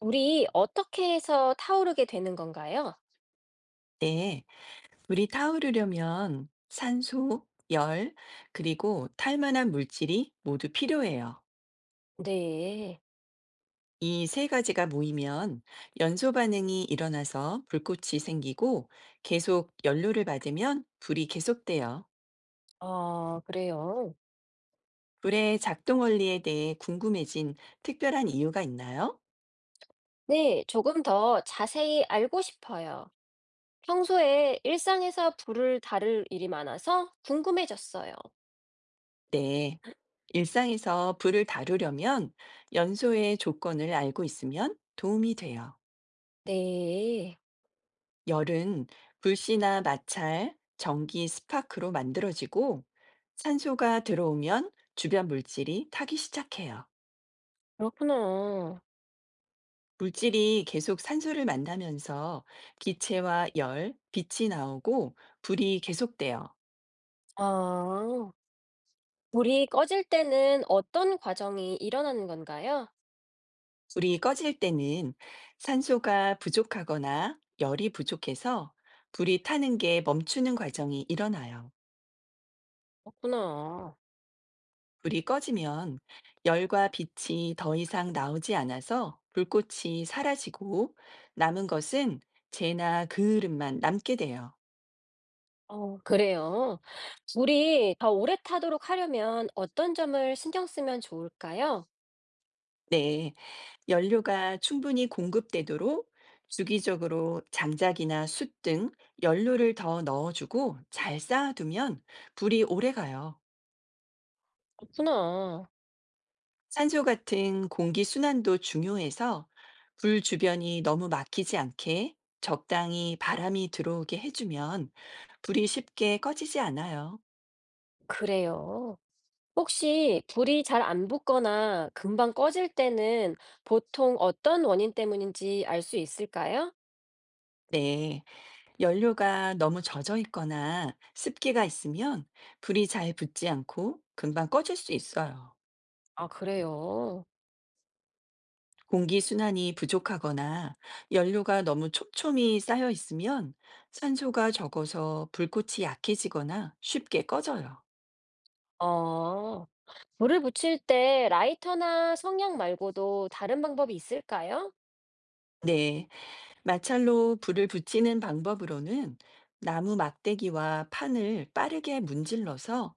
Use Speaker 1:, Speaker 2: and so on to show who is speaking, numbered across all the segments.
Speaker 1: 물이 어떻게 해서 타오르게 되는 건가요?
Speaker 2: 네, 물이 타오르려면 산소, 열, 그리고 탈만한 물질이 모두 필요해요.
Speaker 1: 네.
Speaker 2: 이 세 가지가 모이면 연소 반응이 일어나서 불꽃이 생기고 계속 연료를 받으면 불이 계속돼요.
Speaker 1: 아, 그래요.
Speaker 2: 불의 작동 원리에 대해 궁금해진 특별한 이유가 있나요?
Speaker 1: 네, 조금 더 자세히 알고 싶어요. 평소에 일상에서 불을 다룰 일이 많아서 궁금해졌어요.
Speaker 2: 네. 일상에서 불을 다루려면 연소의 조건을 알고 있으면 도움이 돼요.
Speaker 1: 네,
Speaker 2: 열은 불씨나 마찰, 전기 스파크로 만들어지고 산소가 들어오면 주변 물질이 타기 시작해요.
Speaker 1: 그렇구나.
Speaker 2: 물질이 계속 산소를 만나면서 기체와 열, 빛이 나오고 불이 계속돼요.
Speaker 1: 아, 불이 꺼질 때는 어떤 과정이 일어나는 건가요?
Speaker 2: 불이 꺼질 때는 산소가 부족하거나 열이 부족해서 불이 타는 게 멈추는 과정이 일어나요.
Speaker 1: 그렇구나.
Speaker 2: 불이 꺼지면 열과 빛이 더 이상 나오지 않아서 불꽃이 사라지고 남은 것은 재나 그을음만 남게 돼요.
Speaker 1: 어, 그래요. 불이 더 오래 타도록 하려면 어떤 점을 신경 쓰면 좋을까요?
Speaker 2: 네, 연료가 충분히 공급되도록 주기적으로 장작이나 숯 등 연료를 더 넣어주고 잘 쌓아두면 불이 오래 가요.
Speaker 1: 그렇구나.
Speaker 2: 산소 같은 공기 순환도 중요해서 불 주변이 너무 막히지 않게 적당히 바람이 들어오게 해주면 불이 쉽게 꺼지지 않아요.
Speaker 1: 그래요. 혹시 불이 잘 안 붙거나 금방 꺼질 때는 보통 어떤 원인 때문인지 알 수 있을까요?
Speaker 2: 네. 연료가 너무 젖어 있거나 습기가 있으면 불이 잘 붙지 않고 금방 꺼질 수 있어요.
Speaker 1: 아, 그래요.
Speaker 2: 공기 순환이 부족하거나 연료가 너무 촘촘히 쌓여 있으면 산소가 적어서 불꽃이 약해지거나 쉽게 꺼져요.
Speaker 1: 어, 불을 붙일 때 라이터나 성냥 말고도 다른 방법이 있을까요?
Speaker 2: 네. 마찰로 불을 붙이는 방법으로는 나무 막대기와 판을 빠르게 문질러서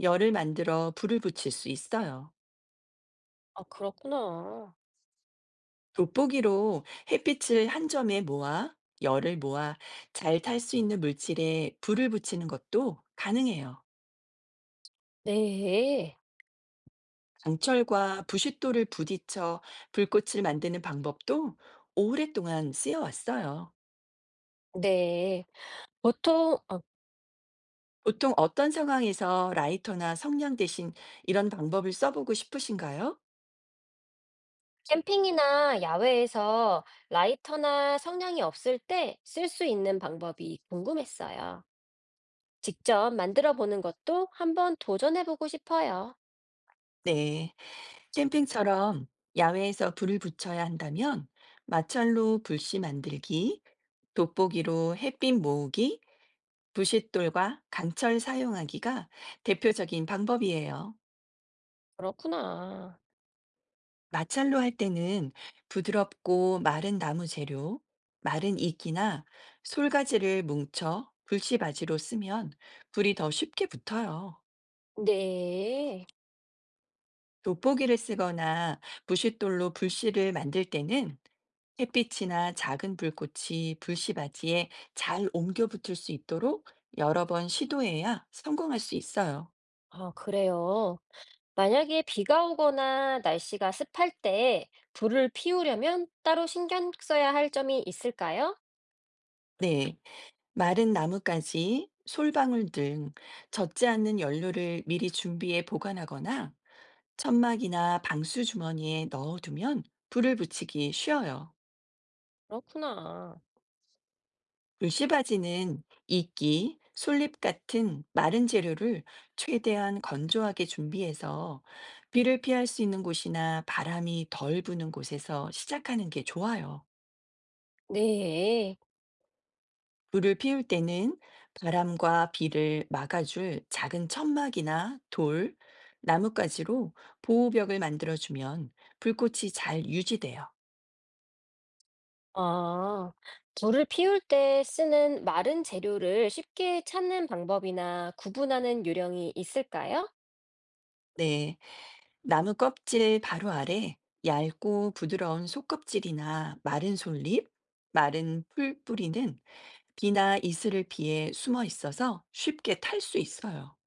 Speaker 2: 열을 만들어 불을 붙일 수 있어요.
Speaker 1: 아, 그렇구나.
Speaker 2: 돋보기로 햇빛을 한 점에 모아 열을 모아 잘 탈 수 있는 물질에 불을 붙이는 것도 가능해요.
Speaker 1: 네.
Speaker 2: 강철과 부싯돌을 부딪혀 불꽃을 만드는 방법도 오랫동안 쓰여왔어요.
Speaker 1: 네. 보통
Speaker 2: 보통 어떤 상황에서 라이터나 성냥 대신 이런 방법을 써보고 싶으신가요?
Speaker 1: 캠핑이나 야외에서 라이터나 성냥이 없을 때 쓸 수 있는 방법이 궁금했어요. 직접 만들어 보는 것도 한번 도전해 보고 싶어요.
Speaker 2: 네, 캠핑처럼 야외에서 불을 붙여야 한다면 마찰로 불씨 만들기, 돋보기로 햇빛 모으기, 부싯돌과 강철 사용하기가 대표적인 방법이에요.
Speaker 1: 그렇구나.
Speaker 2: 마찰로 할 때는 부드럽고 마른 나무 재료, 마른 이끼나 솔가지를 뭉쳐 불씨바지로 쓰면 불이 더 쉽게 붙어요.
Speaker 1: 네.
Speaker 2: 돋보기를 쓰거나 부싯돌로 불씨를 만들 때는 햇빛이나 작은 불꽃이 불씨바지에 잘 옮겨 붙을 수 있도록 여러 번 시도해야 성공할 수 있어요.
Speaker 1: 아, 그래요. 만약에 비가 오거나 날씨가 습할 때 불을 피우려면 따로 신경 써야 할 점이 있을까요?
Speaker 2: 네. 마른 나뭇가지, 솔방울 등 젖지 않는 연료를 미리 준비해 보관하거나 천막이나 방수 주머니에 넣어두면 불을 붙이기 쉬워요.
Speaker 1: 그렇구나.
Speaker 2: 불씨바지는 이끼, 솔잎 같은 마른 재료를 최대한 건조하게 준비해서 비를 피할 수 있는 곳이나 바람이 덜 부는 곳에서 시작하는 게 좋아요.
Speaker 1: 네.
Speaker 2: 불을 피울 때는 바람과 비를 막아줄 작은 천막이나 돌, 나뭇가지로 보호벽을 만들어주면 불꽃이 잘 유지돼요.
Speaker 1: 아, 불을 피울 때 쓰는 마른 재료를 쉽게 찾는 방법이나 구분하는 요령이 있을까요?
Speaker 2: 네. 나무 껍질 바로 아래 얇고 부드러운 속껍질이나 마른 솔잎, 마른 풀뿌리는 비나 이슬을 피해 숨어 있어서 쉽게 탈 수 있어요.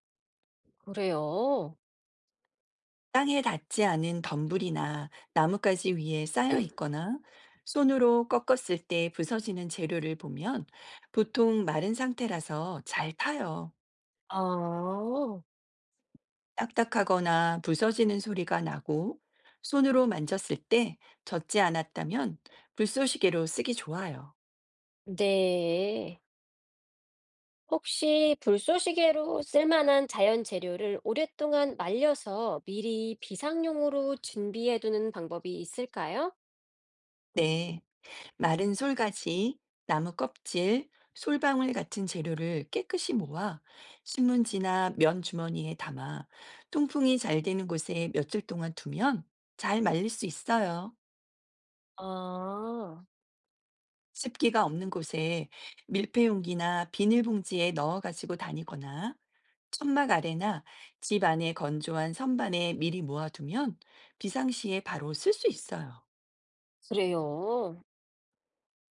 Speaker 1: 그래요.
Speaker 2: 땅에 닿지 않은 덤불이나 나뭇가지 위에 쌓여 있거나 손으로 꺾었을 때 부서지는 재료를 보면 보통 마른 상태라서 잘 타요.
Speaker 1: 아,
Speaker 2: 딱딱하거나 부서지는 소리가 나고 손으로 만졌을 때 젖지 않았다면 불쏘시개로 쓰기 좋아요.
Speaker 1: 네. 혹시 불쏘시개로 쓸만한 자연 재료를 오랫동안 말려서 미리 비상용으로 준비해 두는 방법이 있을까요?
Speaker 2: 네, 마른 솔가지, 나무 껍질, 솔방울 같은 재료를 깨끗이 모아 신문지나 면 주머니에 담아 통풍이 잘 되는 곳에 며칠 동안 두면 잘 말릴 수 있어요.
Speaker 1: 아,
Speaker 2: 습기가 없는 곳에 밀폐용기나 비닐봉지에 넣어 가지고 다니거나 천막 아래나 집 안에 건조한 선반에 미리 모아두면 비상시에 바로 쓸 수 있어요.
Speaker 1: 그래요.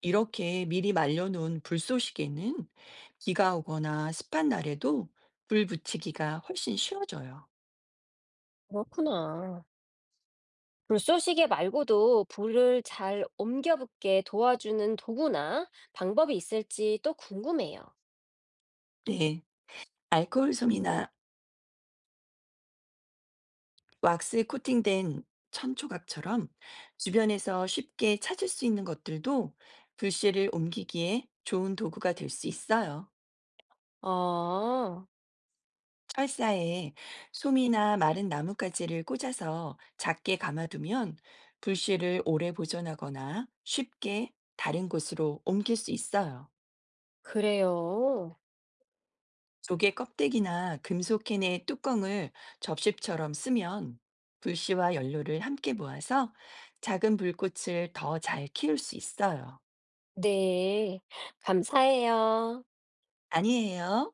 Speaker 2: 이렇게 미리 말려놓은 불쏘시개는 비가 오거나 습한 날에도 불 붙이기가 훨씬 쉬워져요.
Speaker 1: 그렇구나. 불쏘시개 말고도 불을 잘 옮겨 붙게 도와주는 도구나 방법이 있을지 또 궁금해요.
Speaker 2: 네. 알코올 솜이나 왁스 코팅된 천조각처럼 주변에서 쉽게 찾을 수 있는 것들도 불씨를 옮기기에 좋은 도구가 될 수 있어요.
Speaker 1: 아,
Speaker 2: 철사에 솜이나 마른 나뭇가지를 꽂아서 작게 감아두면 불씨를 오래 보존하거나 쉽게 다른 곳으로 옮길 수 있어요.
Speaker 1: 그래요.
Speaker 2: 조개 껍데기나 금속 캔의 뚜껑을 접시처럼 쓰면 불씨와 연료를 함께 모아서 작은 불꽃을 더 잘 키울 수 있어요.
Speaker 1: 네. 감사해요.
Speaker 2: 아니에요?